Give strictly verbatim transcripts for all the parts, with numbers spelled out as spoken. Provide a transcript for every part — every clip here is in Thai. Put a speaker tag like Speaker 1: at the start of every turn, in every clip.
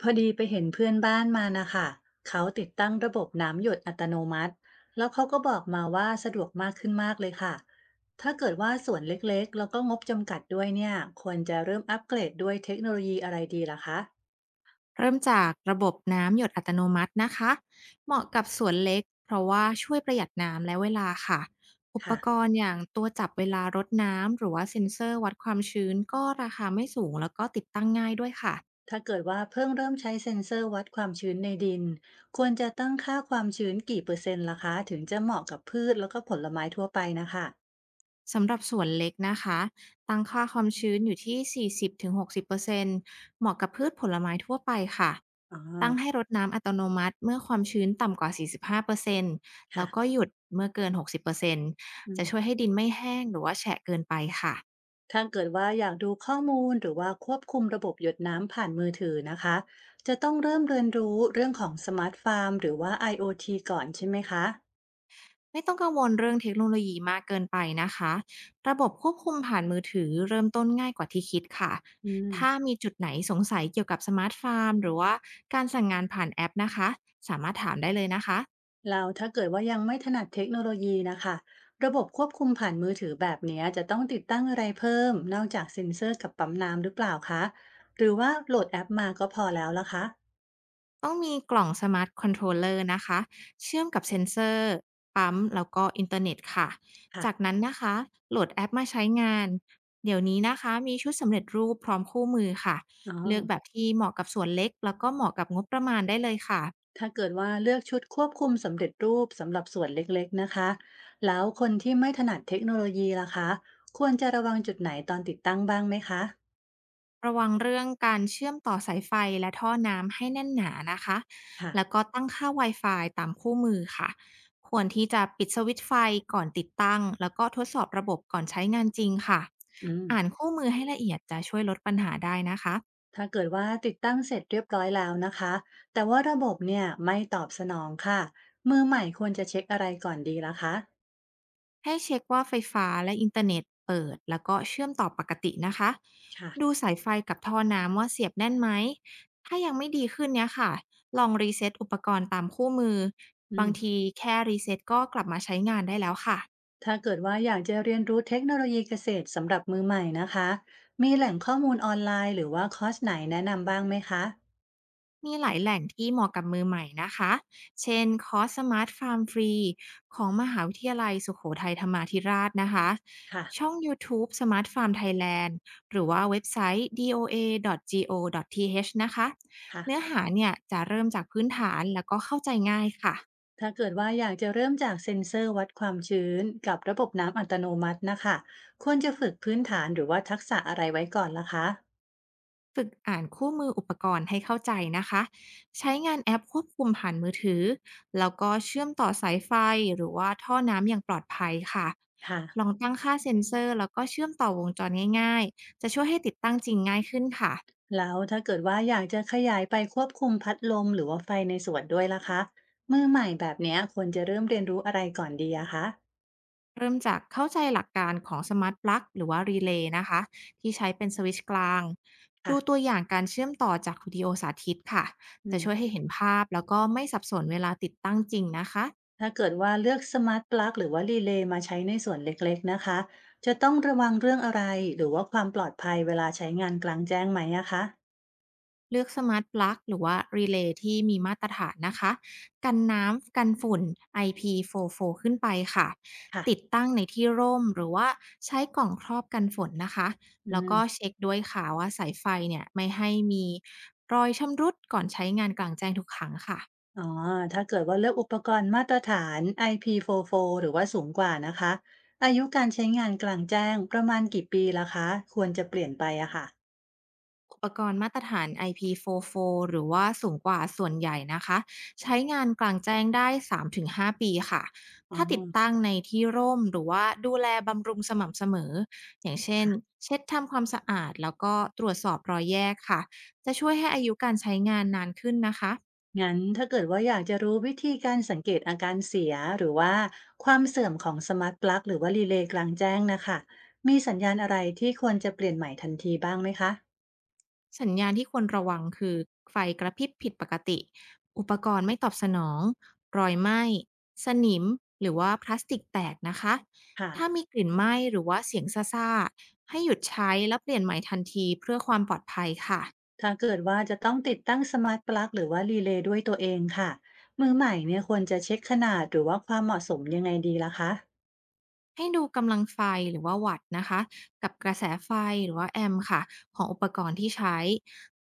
Speaker 1: พอดีไปเห็นเพื่อนบ้านมานะคะเขาติดตั้งระบบน้ำหยดอัตโนมัติแล้วเขาก็บอกมาว่าสะดวกมากขึ้นมากเลยค่ะ ถ้าเกิดว่าสวนเล็กๆแล้วก็งบจำกัดด้วยเนี่ย ควรจะเริ่มอัปเกรดด้วยเทคโนโลยีอะไรดีล่ะคะ
Speaker 2: เริ่มจากระบบน้ำหยดอัตโนมัตินะคะเหมาะกับสวนเล็กเพราะว่าช่วยประหยัดน้ำและเวลาค่ะอุป
Speaker 1: ค่ะ
Speaker 2: กรณ์อย่างตัวจับเวลารดน้ำหรือว่าเซ็นเซอร์วัดความชื้นก็ราคาไม่สูงแล้วก็ติดตั้งง่ายด้วยค่ะ
Speaker 1: ถ้าเกิดว่าเพิ่งเริ่มใช้เซ็นเซอร์วัดความชื้นในดิน ควรจะตั้งค่าความชื้นกี่เปอร์เซ็นต์ล่ะคะถึงจะเหมาะกับพืชแล้วก็ผลไม้ทั่วไปนะคะ
Speaker 2: สำหรับสวนเล็กนะคะตั้งค่าความชื้นอยู่ที่สี่สิบ-หกสิบเปอร์เซ็นต์เปอร์เซ็นต์เหมาะกับพืชผลไม้ทั่วไปค่ะ
Speaker 1: อ๋อ
Speaker 2: ตั้งให้รดน้ำอัตโนมัติเมื่อความชื้นต่ำกว่าสี่สิบห้าเปอร์เซ็นต์แล้
Speaker 1: ค่ะ
Speaker 2: วก็หยุดเมื่อเกินหกสิบเปอร์เซ็นต์
Speaker 1: อื
Speaker 2: จะ
Speaker 1: ม
Speaker 2: ช่วยให้ดินไม่แห้งหรือว่าแฉะเกินไปค่ะ
Speaker 1: ถ้าเกิดว่าอยากดูข้อมูลหรือว่าควบคุมระบบหยดน้ำผ่านมือถือนะคะจะต้องเริ่มเรียนรู้เรื่องของสมาร์ทฟาร์มหรือว่า IoT ก่อนใช่ไหมคะ
Speaker 2: ไม่ต้องกังวลเรื่องเทคโนโลยีมากเกินไปนะคะระบบควบคุมผ่านมือถือเริ่มต้นง่ายกว่าที่คิดค่ะ
Speaker 1: อื
Speaker 2: ถ้า
Speaker 1: ม
Speaker 2: มีจุดไหนสงสัยเกี่ยวกับสมาร์ทฟาร์มหรือว่าการสั่งงานผ่านแอปนะคะสามารถถามได้เลยนะคะ
Speaker 1: แล้วถ้าเกิดว่ายังไม่ถนัดเทคโนโลยีนะคะระบบควบคุมผ่านมือถือแบบเนี้ยจะต้องติดตั้งอะไรเพิ่มนอกจากเซ็นเซอร์กับปั๊มน้ำหรือเปล่าคะหรือว่าโหลดแอปมาก็พอแล้วล่ะคะ
Speaker 2: ต้องมีกล่องสมาร์ทคอนโทรลเลอร์นะคะ เชื่อมกับเซ็นเซอร์ปั๊มแล้วก็อินเทอร์เน็ตค่ะ จาก
Speaker 1: ค่ะ
Speaker 2: นั้นนะคะโหลดแอปมาใช้งาน เดี๋ยวนี้นะคะมีชุดสำเร็จรูปพร้อมคู่มือค่ะ
Speaker 1: อ๋อ
Speaker 2: เลือกแบบที่เหมาะกับส่วนเล็กแล้วก็เหมาะกับงบประมาณได้เลยค่ะ
Speaker 1: ถ้าเกิดว่าเลือกชุดควบคุมสำเร็จรูปสำหรับส่วนเล็กๆนะคะแล้วคนที่ไม่ถนัดเทคโนโลยีล่ะคะควรจะระวังจุดไหนตอนติดตั้งบ้างไหมคะ
Speaker 2: ระวังเรื่องการเชื่อมต่อสายไฟและท่อน้ำให้แน่นหนานะคะ
Speaker 1: ค่ะ
Speaker 2: แล้วก็ตั้งค่า Wi-Fi ตามคู่มือค่ะ ควรที่จะปิดสวิตช์ไฟก่อนติดตั้ง แล้วก็ทดสอบระบบก่อนใช้งานจริงค่ะ
Speaker 1: อืม
Speaker 2: อ่านคู่มือให้ละเอียดจะช่วยลดปัญหาได้นะคะ
Speaker 1: ถ้าเกิดว่าติดตั้งเสร็จเรียบร้อยแล้วนะคะแต่ว่าระบบเนี่ยไม่ตอบสนองค่ะมือใหม่ควรจะเช็คอะไรก่อนดีล่ะคะ
Speaker 2: ให้เช็คว่าไฟฟ้าและอินเทอร์เน็ตเปิดแล้วก็เชื่อมต่อปกตินะคะดู
Speaker 1: ค่ะ
Speaker 2: สายไฟกับท่อน้ำว่าเสียบแน่นไหมถ้ายังไม่ดีขึ้นเนี่ยค่ะลองรีเซ็ตอุปกรณ์ตามคู่มือ
Speaker 1: อื
Speaker 2: บาง
Speaker 1: ม
Speaker 2: ทีแค่รีเซ็ตก็กลับมาใช้งานได้แล้วค่ะ
Speaker 1: ถ้าเกิดว่าอยากจะเรียนรู้เทคโนโลยีเกษตรสำหรับมือใหม่นะคะมีแหล่งข้อมูลออนไลน์หรือว่าคอร์สไหนแนะนำบ้างไหมคะ
Speaker 2: มีหลายแหล่งที่เหมาะกับมือใหม่นะคะ เช่นคอร์สสมาร์ทฟาร์มฟรีของมหาวิทยาลัยสุโขทัยธรรมาธิราชนะคะ
Speaker 1: ค่ะ
Speaker 2: ช่อง YouTube Smart Farm Thailand หรือว่าเว็บไซต์ doa.go.th นะคะ
Speaker 1: ค่ะ
Speaker 2: เนื้อหาเนี่ยจะเริ่มจากพื้นฐานแล้วก็เข้าใจง่ายค่ะ
Speaker 1: ถ้าเกิดว่าอยากจะเริ่มจากเซ็นเซอร์วัดความชื้นกับระบบน้ำอัตโนมัตินะคะควรจะฝึกพื้นฐานหรือว่าทักษะอะไรไว้ก่อนล่ะคะ
Speaker 2: ฝึกอ่านคู่มืออุปกรณ์ให้เข้าใจนะคะใช้งานแอปควบคุมผ่านมือถือแล้วก็เชื่อมต่อสายไฟหรือว่าท่อน้ำอย่างปลอดภัยค่ะ
Speaker 1: ค่ะ
Speaker 2: ลองตั้งค่าเซ็นเซอร์แล้วก็เชื่อมต่อวงจรง่ายๆจะช่วยให้ติดตั้งจริงง่ายขึ้นค่ะ
Speaker 1: แล้วถ้าเกิดว่าอยากจะขยายไปควบคุมพัดลมหรือว่าไฟในสวนด้วยล่ะคะมือใหม่แบบเนี้ยควรจะเริ่มเรียนรู้อะไรก่อนดีอะคะ
Speaker 2: เริ่มจากเข้าใจหลักการของสมาร์ทปลั๊กหรือว่ารีเลย์นะคะที่ใช้เป็นสวิตช์กลางดู
Speaker 1: ค่ะ
Speaker 2: ตัวอย่างการเชื่อมต่อจากวิดีโอสาธิตค่ะ
Speaker 1: อื
Speaker 2: จะ
Speaker 1: ม
Speaker 2: ช่วยให้เห็นภาพแล้วก็ไม่สับสนเวลาติดตั้งจริงนะคะ
Speaker 1: ถ้าเกิดว่าเลือกสมาร์ทปลั๊กหรือว่ารีเลย์มาใช้ในส่วนเล็กๆนะคะจะต้องระวังเรื่องอะไรหรือว่าความปลอดภัยเวลาใช้งานกลางแจ้งไหมอะคะ
Speaker 2: เลือกสมาร์ทปลั๊กหรือว่ารีเลย์ที่มีมาตรฐานนะคะกันน้ำกันฝุ่น ไอ พี สี่สิบสี่ ขึ้นไปค่ะ
Speaker 1: ค่ะ
Speaker 2: ติดตั้งในที่ร่มหรือว่าใช้กล่องครอบกันฝนนะคะ
Speaker 1: อื
Speaker 2: แล้วก็
Speaker 1: ม
Speaker 2: เช็คด้วยค่ะว่าสายไฟเนี่ยไม่ให้มีรอยชำรุดก่อนใช้งานกลางแจ้งทุกครั้งค่ะ
Speaker 1: อ๋อถ้าเกิดว่าเลือกอุปกรณ์มาตรฐาน ไอ พี สี่สิบสี่ หรือว่าสูงกว่านะคะอายุการใช้งานกลางแจ้งประมาณกี่ปีล่ะคะควรจะเปลี่ยนไปอะค่ะ
Speaker 2: อุปกรณ์มาตรฐาน ไอ พี สี่สิบสี่ หรือว่าสูงกว่าส่วนใหญ่นะคะใช้งานกลางแจ้งได้ สามถึงห้า ปีค่ะ
Speaker 1: อ๋อ
Speaker 2: ถ้าติดตั้งในที่ร่มหรือว่าดูแลบำรุงสม่ำเสมออย่างเช่น
Speaker 1: ค่ะ
Speaker 2: เช็ดทำความสะอาดแล้วก็ตรวจสอบรอยแยกค่ะจะช่วยให้อายุการใช้งานนานขึ้นนะคะ
Speaker 1: งั้นถ้าเกิดว่าอยากจะรู้วิธีการสังเกตอาการเสียหรือว่าความเสื่อมของสมาร์ทปลั๊กหรือว่ารีเลย์กลางแจ้งนะคะมีสัญญาณอะไรที่ควรจะเปลี่ยนใหม่ทันทีบ้างไหมคะ
Speaker 2: สัญญาณที่ควรระวังคือไฟกระพริบผิดปกติ อุปกรณ์ไม่ตอบสนองรอยไหม้ สนิมหรือว่าพลาสติกแตกนะคะ ถ้า
Speaker 1: ค่ะ
Speaker 2: มีกลิ่นไหม้หรือว่าเสียงซ่าๆให้หยุดใช้และเปลี่ยนใหม่ทันทีเพื่อความปลอดภัยค่ะ
Speaker 1: ถ้าเกิดว่าจะต้องติดตั้งสมาร์ทปลั๊กหรือว่ารีเลย์ด้วยตัวเองค่ะมือใหม่เนี่ยควรจะเช็คขนาดหรือว่าความเหมาะสมยังไงดีล่ะคะ
Speaker 2: ให้ดูกำลังไฟหรือว่าวัตต์นะคะกับกระแสไฟหรือว่าแอมป์ค่ะของอุปกรณ์ที่ใช้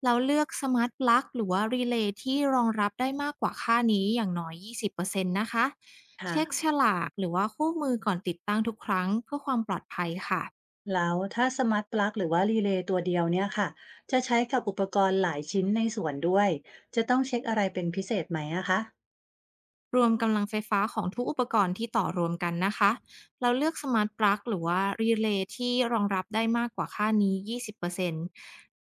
Speaker 2: แล้วเลือกสมาร์ทปลั๊กหรือว่ารีเลย์ที่รองรับได้มากกว่าค่านี้อย่างน้อยยี่สิบเปอร์เซ็นต์นต์นะคะ
Speaker 1: ค่ะ
Speaker 2: เช็คฉลากหรือว่าคู่มือก่อนติดตั้งทุกครั้งเพื่อความปลอดภัยค่ะ
Speaker 1: แล้วถ้าสมาร์ทปลั๊กหรือว่ารีเลย์ตัวเดียวเนี่ยค่ะจะใช้กับอุปกรณ์หลายชิ้นในส่วนด้วยจะต้องเช็คอะไรเป็นพิเศษไหมอะคะ
Speaker 2: รวมกำลังไฟฟ้าของทุกอุปกรณ์ที่ต่อรวมกันนะคะ เราเลือกสมาร์ทปลั๊กหรือว่ารีเลย์ที่รองรับได้มากกว่าค่านี้ ยี่สิบเปอร์เซ็นต์ร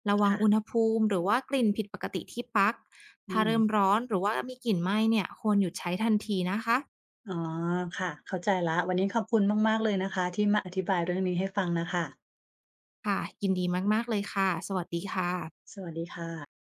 Speaker 2: เซ็นต์ระวังอุณ
Speaker 1: ค่ะ
Speaker 2: หภูมิหรือว่ากลิ่นผิดปกติที่ปลั๊ก
Speaker 1: อื
Speaker 2: ถ้า
Speaker 1: ม
Speaker 2: เริ่มร้อนหรือว่ามีกลิ่นไหม้เนี่ย ควรหยุดใช้ทันทีนะคะ
Speaker 1: อ๋อค่ะเข้าใจละวันนี้ขอบคุณมากๆเลยนะคะที่มาอธิบายเรื่องนี้ให้ฟังนะคะ
Speaker 2: ค่ะยินดีมากๆเลยค่ะ สวัสดีค่ะ
Speaker 1: สวัสดีค่ะ